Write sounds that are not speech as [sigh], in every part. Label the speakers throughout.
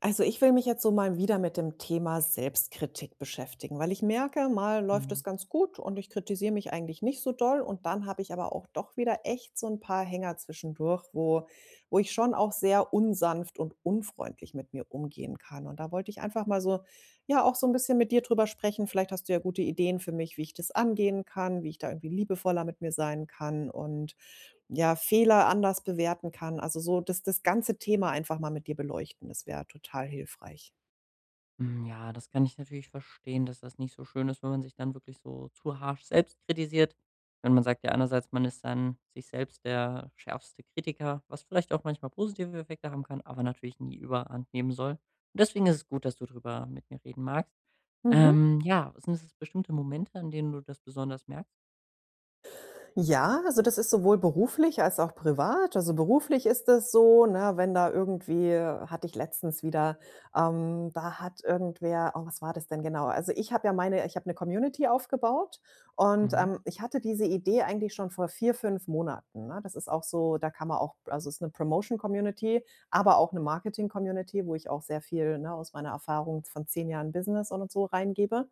Speaker 1: Also ich will mich jetzt so mal wieder mit dem Thema Selbstkritik beschäftigen, weil ich merke, mal läuft es
Speaker 2: Mhm.
Speaker 1: ganz gut und ich kritisiere mich eigentlich nicht so doll und dann habe ich aber auch doch wieder echt so ein paar Hänger zwischendurch, wo ich schon auch sehr unsanft und unfreundlich mit mir umgehen kann. Und da wollte ich einfach mal so, ja, auch so ein bisschen mit dir drüber sprechen. Vielleicht hast du ja gute Ideen für mich, wie ich das angehen kann, wie ich da irgendwie liebevoller mit mir sein kann und ja, Fehler anders bewerten kann. Also, so das ganze Thema einfach mal mit dir beleuchten, das wäre total hilfreich.
Speaker 2: Hm, ja, das kann ich natürlich verstehen, dass das nicht so schön ist, wenn man sich dann wirklich so zu harsch selbst kritisiert. Wenn man sagt ja einerseits, man ist dann sich selbst der schärfste Kritiker, was vielleicht auch manchmal positive Effekte haben kann, aber natürlich nie überhand nehmen soll. Und deswegen ist es gut, dass du drüber mit mir reden magst.
Speaker 1: Mhm.
Speaker 2: Ja, sind es bestimmte Momente, an denen du das besonders merkst?
Speaker 1: Ja, also das ist sowohl beruflich als auch privat. Also beruflich ist es so, ne, wenn da irgendwie hatte ich letztens wieder, da hat irgendwer oh, was war das denn genau? Also ich habe eine Community aufgebaut und,
Speaker 2: Mhm.
Speaker 1: ich hatte diese Idee eigentlich schon vor 4 5 Monaten, ne? Das ist auch so da kann man auch also es ist eine Promotion-Community, aber auch eine Marketing-Community, wo ich auch sehr viel, ne, aus meiner Erfahrung von 10 Jahren Business und so reingebe.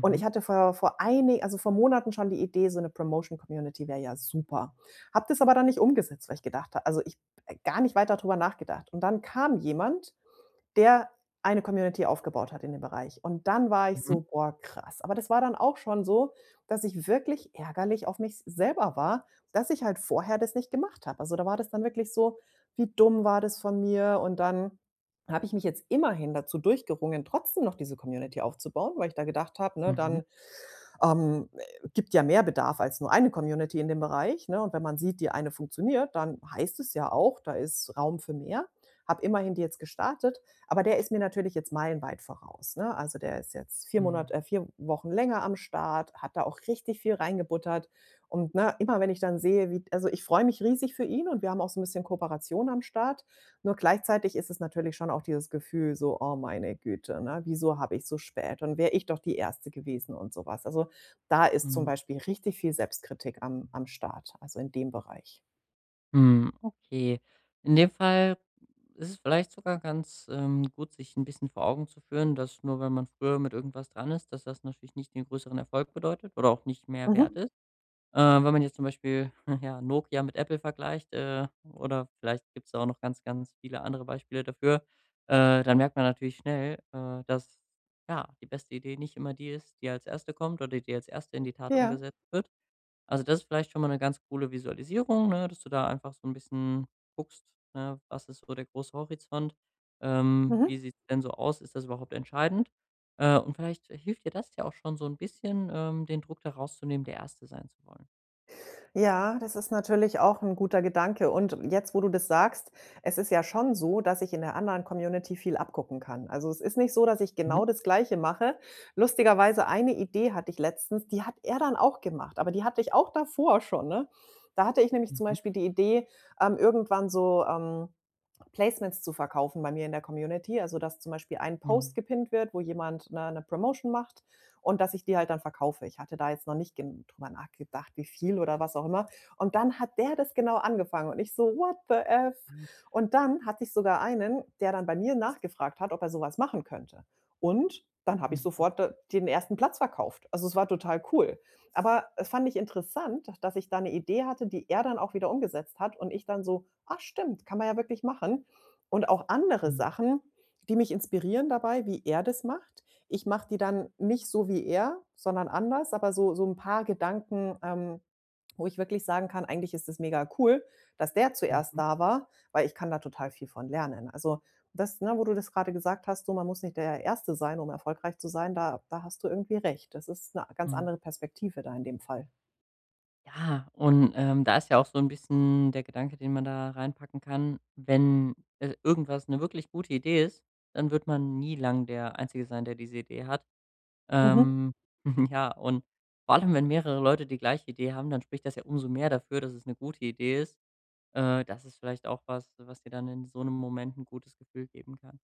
Speaker 1: Und ich hatte vor vor einig also, vor Monaten schon die Idee, so eine Promotion-Community wäre ja super. Habe das aber dann nicht umgesetzt, weil ich gedacht habe also, ich gar nicht weiter drüber nachgedacht. Und dann kam jemand, der eine Community aufgebaut hat in dem Bereich. Und dann war ich
Speaker 2: Mhm.
Speaker 1: so: „Boah, krass.“ Aber das war dann auch schon so, dass ich wirklich ärgerlich auf mich selber war, dass ich halt vorher das nicht gemacht habe. Also, da war das dann wirklich so: „Wie dumm war das von mir?“ Und dann habe ich mich jetzt immerhin dazu durchgerungen, trotzdem noch diese Community aufzubauen, weil ich da gedacht habe, ne,
Speaker 2: Mhm.
Speaker 1: dann gibt ja mehr Bedarf als nur eine Community in dem Bereich, ne? Und wenn man sieht, die eine funktioniert, dann heißt es ja auch, da ist Raum für mehr. Habe immerhin die jetzt gestartet, aber der ist mir natürlich jetzt meilenweit voraus, ne? Also, der ist jetzt
Speaker 2: Mhm.
Speaker 1: 4 Wochen länger am Start, hat da auch richtig viel reingebuttert und, ne, immer wenn ich dann sehe, wie also, ich freue mich riesig für ihn und wir haben auch so ein bisschen Kooperation am Start. Nur gleichzeitig ist es natürlich schon auch dieses Gefühl so: „Oh meine Güte, ne, wieso habe ich so spät und wäre ich doch die Erste gewesen“ und sowas. Also, da ist zum
Speaker 2: Mhm.
Speaker 1: Beispiel richtig viel Selbstkritik am Start, also in dem Bereich.
Speaker 2: Hm, okay. In dem Fall ist es vielleicht sogar ganz, gut, sich ein bisschen vor Augen zu führen, dass nur weil man früher mit irgendwas dran ist, dass das natürlich nicht den größeren Erfolg bedeutet oder auch nicht mehr wert
Speaker 1: Mhm.
Speaker 2: ist. Äh, Wenn man jetzt zum Beispiel, [laughs] ja, Nokia mit Apple vergleicht, oder vielleicht gibt es auch noch ganz, ganz viele andere Beispiele dafür, dann merkt man natürlich schnell, dass, ja, die beste Idee nicht immer die ist, die als erste kommt oder die als erste in die Tat
Speaker 1: Ja.
Speaker 2: umgesetzt wird. Also, das ist vielleicht schon mal eine ganz coole Visualisierung, ne, dass du da einfach so ein bisschen guckst, ne, was ist so der große Horizont?
Speaker 1: Mhm.
Speaker 2: Wie sieht's denn so aus? Ist das überhaupt entscheidend? Und vielleicht hilft dir das ja auch schon so ein bisschen, den Druck da rauszunehmen, der Erste sein zu wollen.
Speaker 1: Ja, das ist natürlich auch ein guter Gedanke. Und jetzt, wo du das sagst, es ist ja schon so, dass ich in der anderen Community viel abgucken kann. Also, es ist nicht so, dass ich
Speaker 2: Mhm,
Speaker 1: genau das Gleiche mache. Lustigerweise eine Idee hatte ich letztens, die hat er dann auch gemacht, aber die hatte ich auch davor schon, ne? Da hatte ich nämlich zum
Speaker 2: mhm,
Speaker 1: Beispiel die Idee, ähm, irgendwann so, ähm Placements zu verkaufen bei mir in der Community. Also, dass zum Beispiel ein
Speaker 2: mhm.
Speaker 1: Post gepinnt wird, wo jemand eine 'ne Promotion macht und dass ich die halt dann verkaufe. Ich hatte da jetzt noch nicht gen drüber nachgedacht, wie viel oder was auch immer. Und dann hat der das genau angefangen und ich so: „What the F?“
Speaker 2: Ach,
Speaker 1: Und dann hatte ich sogar einen, der dann bei mir nachgefragt hat, ob er sowas machen könnte. Und dann habe ich
Speaker 2: mhm,
Speaker 1: sofort da den ersten Platz verkauft. Also, es war total cool. Aber es fand ich interessant, dass ich da eine Idee hatte, die er dann auch wieder umgesetzt hat und ich dann so: „Ah, stimmt, kann man ja wirklich machen.“ Und auch andere
Speaker 2: mhm,
Speaker 1: Sachen, die mich inspirieren dabei, wie er das macht. Ich mache die dann nicht so wie er, sondern anders, aber so ein paar Gedanken, wo ich wirklich sagen kann: „Eigentlich ist es mega cool, dass der zuerst
Speaker 2: mhm,
Speaker 1: da war, weil ich kann da total viel von lernen.“ Also, das ne, wo du das gerade gesagt hast, so man muss nicht der Erste sein, um erfolgreich zu sein, da hast du irgendwie recht. Das ist eine ganz
Speaker 2: mhm.
Speaker 1: andere Perspektive da in dem Fall.
Speaker 2: Ja, und, da ist ja auch so ein bisschen der Gedanke, den man da reinpacken kann, wenn, irgendwas eine wirklich gute Idee ist, dann wird man nie lang der Einzige sein, der diese Idee hat.
Speaker 1: Mhm.
Speaker 2: Ähm, [laughs] ja, und vor allem, wenn mehrere Leute die gleiche Idee haben, dann spricht das ja umso mehr dafür, dass es eine gute Idee ist. Das ist vielleicht auch was, was dir dann in so einem Moment ein gutes Gefühl geben kann.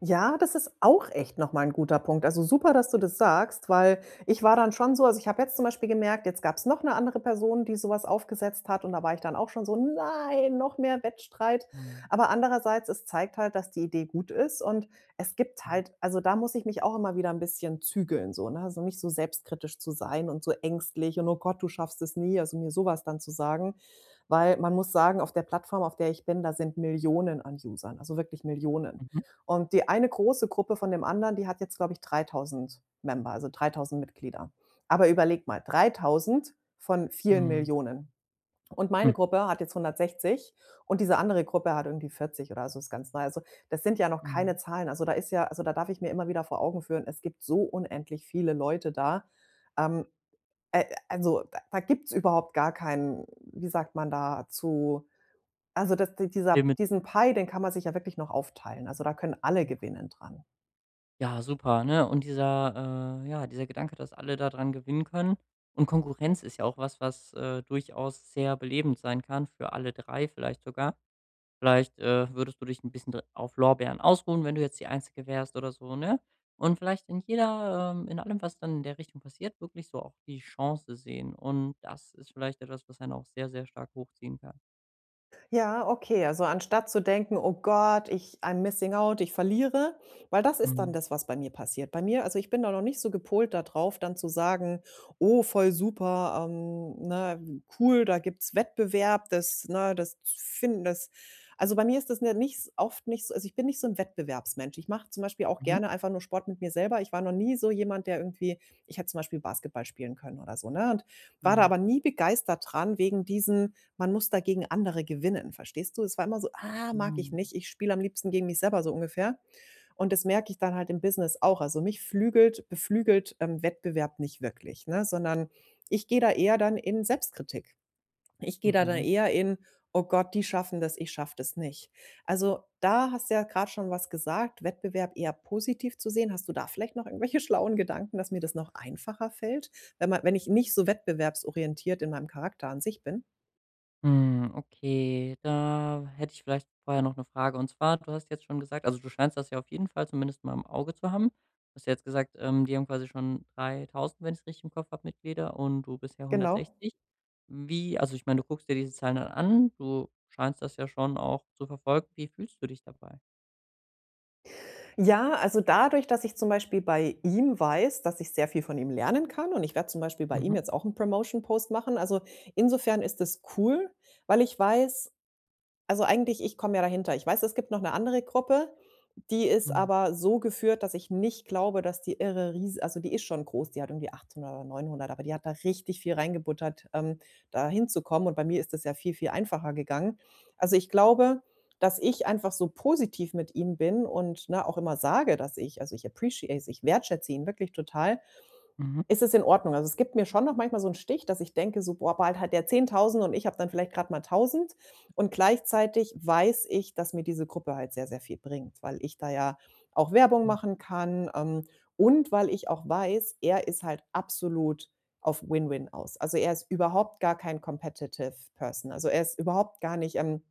Speaker 1: Ja, das ist auch echt noch mal 'n guter Punkt. Also, super, dass du das sagst, weil ich war dann schon so also, ich habe jetzt zum Beispiel gemerkt, jetzt gab es noch eine andere Person, die so was aufgesetzt hat und da war ich dann auch schon so: „Nein, noch mehr Wettstreit.“
Speaker 2: Mhm,
Speaker 1: Aber andererseits, es zeigt halt, dass die Idee gut ist und es gibt
Speaker 2: mhm,
Speaker 1: halt also, da muss ich mich auch immer wieder ein bisschen zügeln so, ne? Also, nicht so selbstkritisch zu sein und so ängstlich und: „Oh Gott, du schaffst es nie.“ Also, mir sowas dann zu sagen, weil man muss sagen, auf der Plattform, auf der ich bin, da sind Millionen an Usern, also, wirklich Millionen.
Speaker 2: mhm,
Speaker 1: Und die eine große Gruppe von dem anderen, die hat jetzt, glaube ich, 3.000 Member, also 3.000 Mitglieder. Aber überleg mal, 3.000 von vielen
Speaker 2: mhm,
Speaker 1: Millionen. Und
Speaker 2: hm,
Speaker 1: meine Gruppe hat jetzt 160 und diese andere Gruppe hat irgendwie 40 oder so, ist ganz neu. Also, das sind ja noch keine
Speaker 2: mhm.
Speaker 1: Zahlen. Also, da ist ja also, da darf ich mir immer wieder vor Augen führen, es gibt so unendlich viele Leute da. Ähm, also, da gibt's überhaupt gar keinen wie sagt man dazu also, das dieser
Speaker 2: Limit,
Speaker 1: diesen Pie, den kann man sich ja wirklich noch aufteilen. Also, da können alle
Speaker 2: ja.
Speaker 1: gewinnen dran.
Speaker 2: Ja, super, ne? Und dieser ja, dieser Gedanke, dass alle daran gewinnen können und Konkurrenz ist ja auch was, was, durchaus sehr belebend sein kann für alle 3 vielleicht sogar. Vielleicht, würdest du dich ein bisschen d auf Lorbeeren ausruhen, wenn du jetzt die Einzige wärst oder so, ne? Und vielleicht in jeder in allem, was dann in der Richtung passiert, wirklich so auch die Chance sehen. Und das ist vielleicht etwas, was einen auch sehr, sehr stark hochziehen kann.
Speaker 1: Ja, okay. Also anstatt zu denken: „Oh Gott, ich I'm missing out, ich verliere“, weil das ist dann
Speaker 2: Mhm.
Speaker 1: das, was bei mir passiert. Bei mir also ich bin da noch nicht so gepolt darauf, dann zu sagen: „Oh, voll super, ne, cool, da gibt's Wettbewerb, das ne, das finden das“ also bei mir ist das, ne, nicht s oft nicht so also ich bin nicht so ein Wettbewerbsmensch. Ich mache zum Beispiel auch
Speaker 2: Mhm.
Speaker 1: gerne einfach nur Sport mit mir selber. Ich war noch nie so jemand, der irgendwie ich hätte zum Beispiel Basketball spielen können oder so, ne, und war da
Speaker 2: Mhm.
Speaker 1: aber nie begeistert dran wegen diesen man muss da gegen andere gewinnen, verstehst du? Es war immer so: „Ah, mag ich
Speaker 2: Mhm.
Speaker 1: nicht. Ich spiele am liebsten gegen mich selber“, so ungefähr. Und das merke ich dann halt im Business auch. Also, mich flügelt beflügelt, Wettbewerb nicht wirklich, ne, sondern ich gehe da eher dann in Selbstkritik. Ich gehe da dann
Speaker 2: Mhm.
Speaker 1: eher in: „Oh Gott, die schaffen das, ich schaffe das nicht.“ Also, da hast du ja gerade schon was gesagt, Wettbewerb eher positiv zu sehen. Hast du da vielleicht noch irgendwelche [laughs] schlauen Gedanken, dass mir das noch einfacher fällt, wenn ich nicht so wettbewerbsorientiert in meinem Charakter an sich bin?
Speaker 2: Hm, okay, da hätte ich vielleicht vorher noch eine Frage. Und zwar, du hast jetzt schon gesagt also, du scheinst das ja auf jeden Fall zumindest mal im Auge zu haben. Du hast ja jetzt gesagt, die haben quasi schon 3.000, wenn ich es richtig im Kopf habe, Mitglieder und du bisher
Speaker 1: Genau.
Speaker 2: 160. Wie also, ich meine, du guckst dir diese Zahlen dann an, du scheinst das ja schon auch zu verfolgen. Wie fühlst du dich dabei?
Speaker 1: Ja, also dadurch, dass ich zum Beispiel bei ihm weiß, dass ich sehr viel von ihm lernen kann und ich werde zum Beispiel bei ihm
Speaker 2: Mhm,
Speaker 1: jetzt auch einen Promotion Post machen. Also, insofern ist es cool, weil ich weiß also, eigentlich ich komme ja dahinter. Ich weiß, es gibt noch eine andere Gruppe, die ist
Speaker 2: mhm,
Speaker 1: aber so geführt, dass ich nicht glaube, dass die irre ries also, die ist schon groß, die hat irgendwie 800 oder 900, aber die hat da richtig viel reingebuttert, da hinzukommen und bei mir ist das ja viel, viel einfacher gegangen. Also, ich glaube, dass ich einfach so positiv mit ihm bin und, ne, auch immer sage, dass ich also, ich wertschätze ihn wirklich total
Speaker 2: mhm,
Speaker 1: ist es in Ordnung? Also, es gibt mir schon noch manchmal so 'n Stich, dass ich denke so: „Boah, bald hat der 10.000 und ich habe dann vielleicht grad mal 1.000 und gleichzeitig weiß ich, dass mir diese Gruppe halt sehr, sehr viel bringt, weil ich da ja auch Werbung
Speaker 2: mhm,
Speaker 1: machen kann, und weil ich auch weiß, er ist halt absolut auf Win-Win aus. Also, er ist überhaupt gar kein competitive person. Also, er ist überhaupt gar nicht,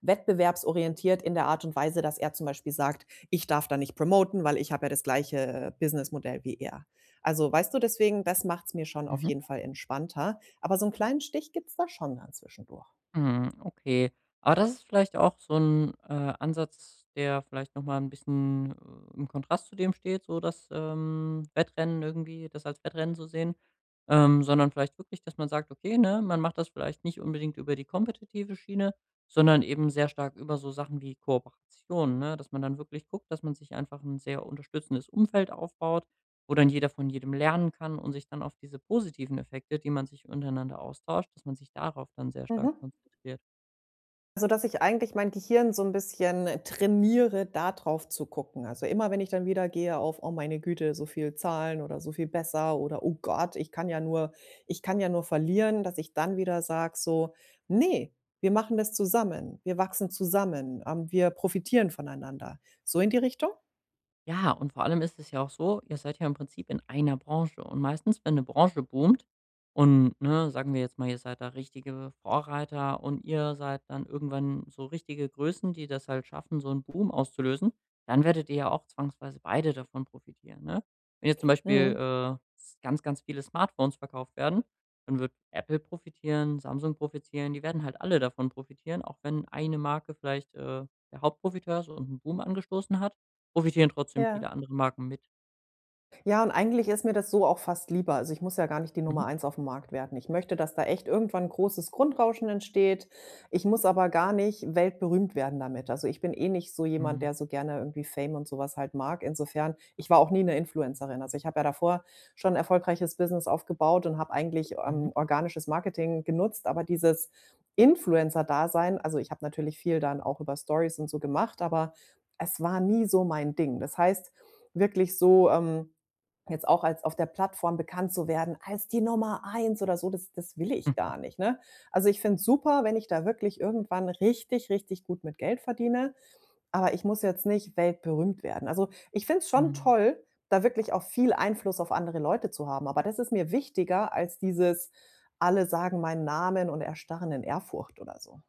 Speaker 1: wettbewerbsorientiert in der Art und Weise, dass er zum Beispiel sagt, ich darf da nicht promoten, weil ich habe ja das gleiche Businessmodell wie er. Also weißt du, deswegen, das macht's mir schon auf
Speaker 2: mhm.
Speaker 1: jeden Fall entspannter. Aber so einen kleinen Stich gibt's da schon dann zwischendurch.
Speaker 2: Mhm, okay. Aber das ist vielleicht auch so ein Ansatz, der vielleicht noch mal 'n bisschen, im Kontrast zu dem steht, so das, Wettrennen irgendwie das als Wettrennen zu sehen, sondern vielleicht wirklich, dass man sagt: „Okay, ne, man macht das vielleicht nicht unbedingt über die kompetitive Schiene, sondern eben sehr stark über so Sachen wie Kooperation“, ne? Dass man dann wirklich guckt, dass man sich einfach ein sehr unterstützendes Umfeld aufbaut wo dann jeder von jedem lernen kann und sich dann auf diese positiven Effekte, die man sich untereinander austauscht dass man sich darauf dann sehr stark
Speaker 1: Mhm.
Speaker 2: konzentriert.
Speaker 1: Also, dass ich eigentlich mein Gehirn so ein bisschen trainiere, da drauf zu gucken. Also, immer wenn ich dann wieder gehe auf: „Oh, meine Güte, so viel Zahlen oder so viel besser“ oder „Oh Gott, ich kann ja nur verlieren“, dass ich dann wieder sage so: nee wir machen das zusammen. Wir wachsen zusammen. Wir profitieren voneinander.“ So in die Richtung?
Speaker 2: Ja, und vor allem ist es ja auch so, ihr seid ja im Prinzip in einer Branche. Und meistens, wenn eine Branche boomt und, ne, sagen wir jetzt mal, ihr seid da richtige Vorreiter und ihr seid dann irgendwann so richtige Größen, die das halt schaffen, so einen Boom auszulösen, dann werdet ihr ja auch zwangsweise beide davon profitieren, ne? Wenn jetzt zum Beispiel,
Speaker 1: Mhm,
Speaker 2: s ganz, ganz viele Smartphones verkauft werden, dann wird Apple profitieren, Samsung profitieren, die werden halt alle davon profitieren, auch wenn eine Marke vielleicht, der Hauptprofiteur ist und 'n Boom angestoßen hat. Profitieren trotzdem
Speaker 1: ja.
Speaker 2: viele andere Marken mit.
Speaker 1: Ja, und eigentlich ist mir das so auch fast lieber. Also, ich muss ja gar nicht die
Speaker 2: Mhm.
Speaker 1: Nummer eins auf dem Markt werden. Ich möchte, dass da echt irgendwann 'n großes Grundrauschen entsteht. Ich muss aber gar nicht weltberühmt werden damit. Also, ich bin eh nicht so jemand,
Speaker 2: Mhm.
Speaker 1: der so gerne irgendwie Fame und sowas halt mag. Insofern ich war auch nie eine Influencerin. Also, ich habe ja davor schon 'n erfolgreiches Business aufgebaut und habe eigentlich,
Speaker 2: Mhm.
Speaker 1: organisches Marketing genutzt, aber dieses Influencer-Dasein also, ich habe natürlich viel dann auch über Stories und so gemacht, aber es war nie so mein Ding. Das heißt, wirklich so, jetzt auch als auf der Plattform bekannt zu werden als die Nummer eins oder so, das will ich
Speaker 2: Mhm.
Speaker 1: gar nicht, ne? Also, ich finde es super, wenn ich da wirklich irgendwann richtig, richtig gut mit Geld verdiene, aber ich muss jetzt nicht weltberühmt werden. Also, ich finde es schon
Speaker 2: Mhm.
Speaker 1: toll, da wirklich auch viel Einfluss auf andere Leute zu haben, aber das ist mir wichtiger als dieses: „Alle sagen meinen Namen und erstarren in Ehrfurcht“ oder so.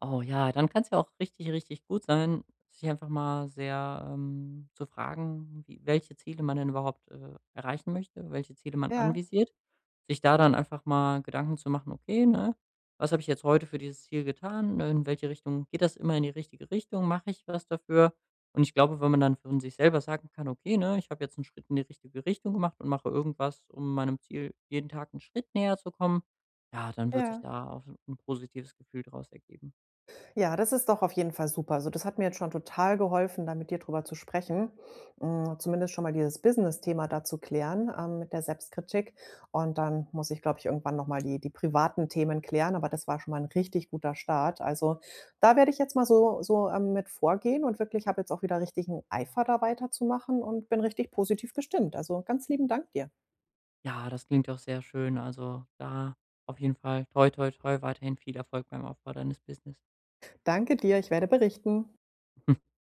Speaker 2: Oh ja, dann kann es ja auch richtig, richtig gut sein, sich einfach mal sehr, zu fragen, wie welche Ziele man denn überhaupt, erreichen möchte, welche Ziele man
Speaker 1: Ja,
Speaker 2: anvisiert. Sich da dann einfach mal Gedanken zu machen: „Okay, ne, was habe ich jetzt heute für dieses Ziel getan? Ne, in welche Richtung geht das immer in die richtige Richtung? Mache ich was dafür?“ Und ich glaube, wenn man dann von sich selber sagen kann: „Okay, ne, ich habe jetzt einen Schritt in die richtige Richtung gemacht und mache irgendwas, um meinem Ziel jeden Tag einen Schritt näher zu kommen“, ja, dann wird sich
Speaker 1: ja.
Speaker 2: da auch so ein positives Gefühl daraus ergeben.
Speaker 1: Ja, das ist doch auf jeden Fall super. Also, das hat mir jetzt schon total geholfen, da mit dir drüber zu sprechen. Hm, zumindest schon mal dieses Business-Thema da zu klären, mit der Selbstkritik. Und dann muss ich, glaube ich, irgendwann noch mal die privaten Themen klären, aber das war schon mal ein richtig guter Start. Also, da werde ich jetzt mal so mit vorgehen und wirklich habe jetzt auch wieder richtigen Eifer, da weiterzumachen und bin richtig positiv gestimmt. Also, ganz lieben Dank dir.
Speaker 2: Ja, das klingt doch sehr schön. Also, da auf jeden Fall toi toi toi weiterhin viel Erfolg beim Aufbau deines Business.
Speaker 1: Danke dir, ich werde berichten.
Speaker 2: [laughs]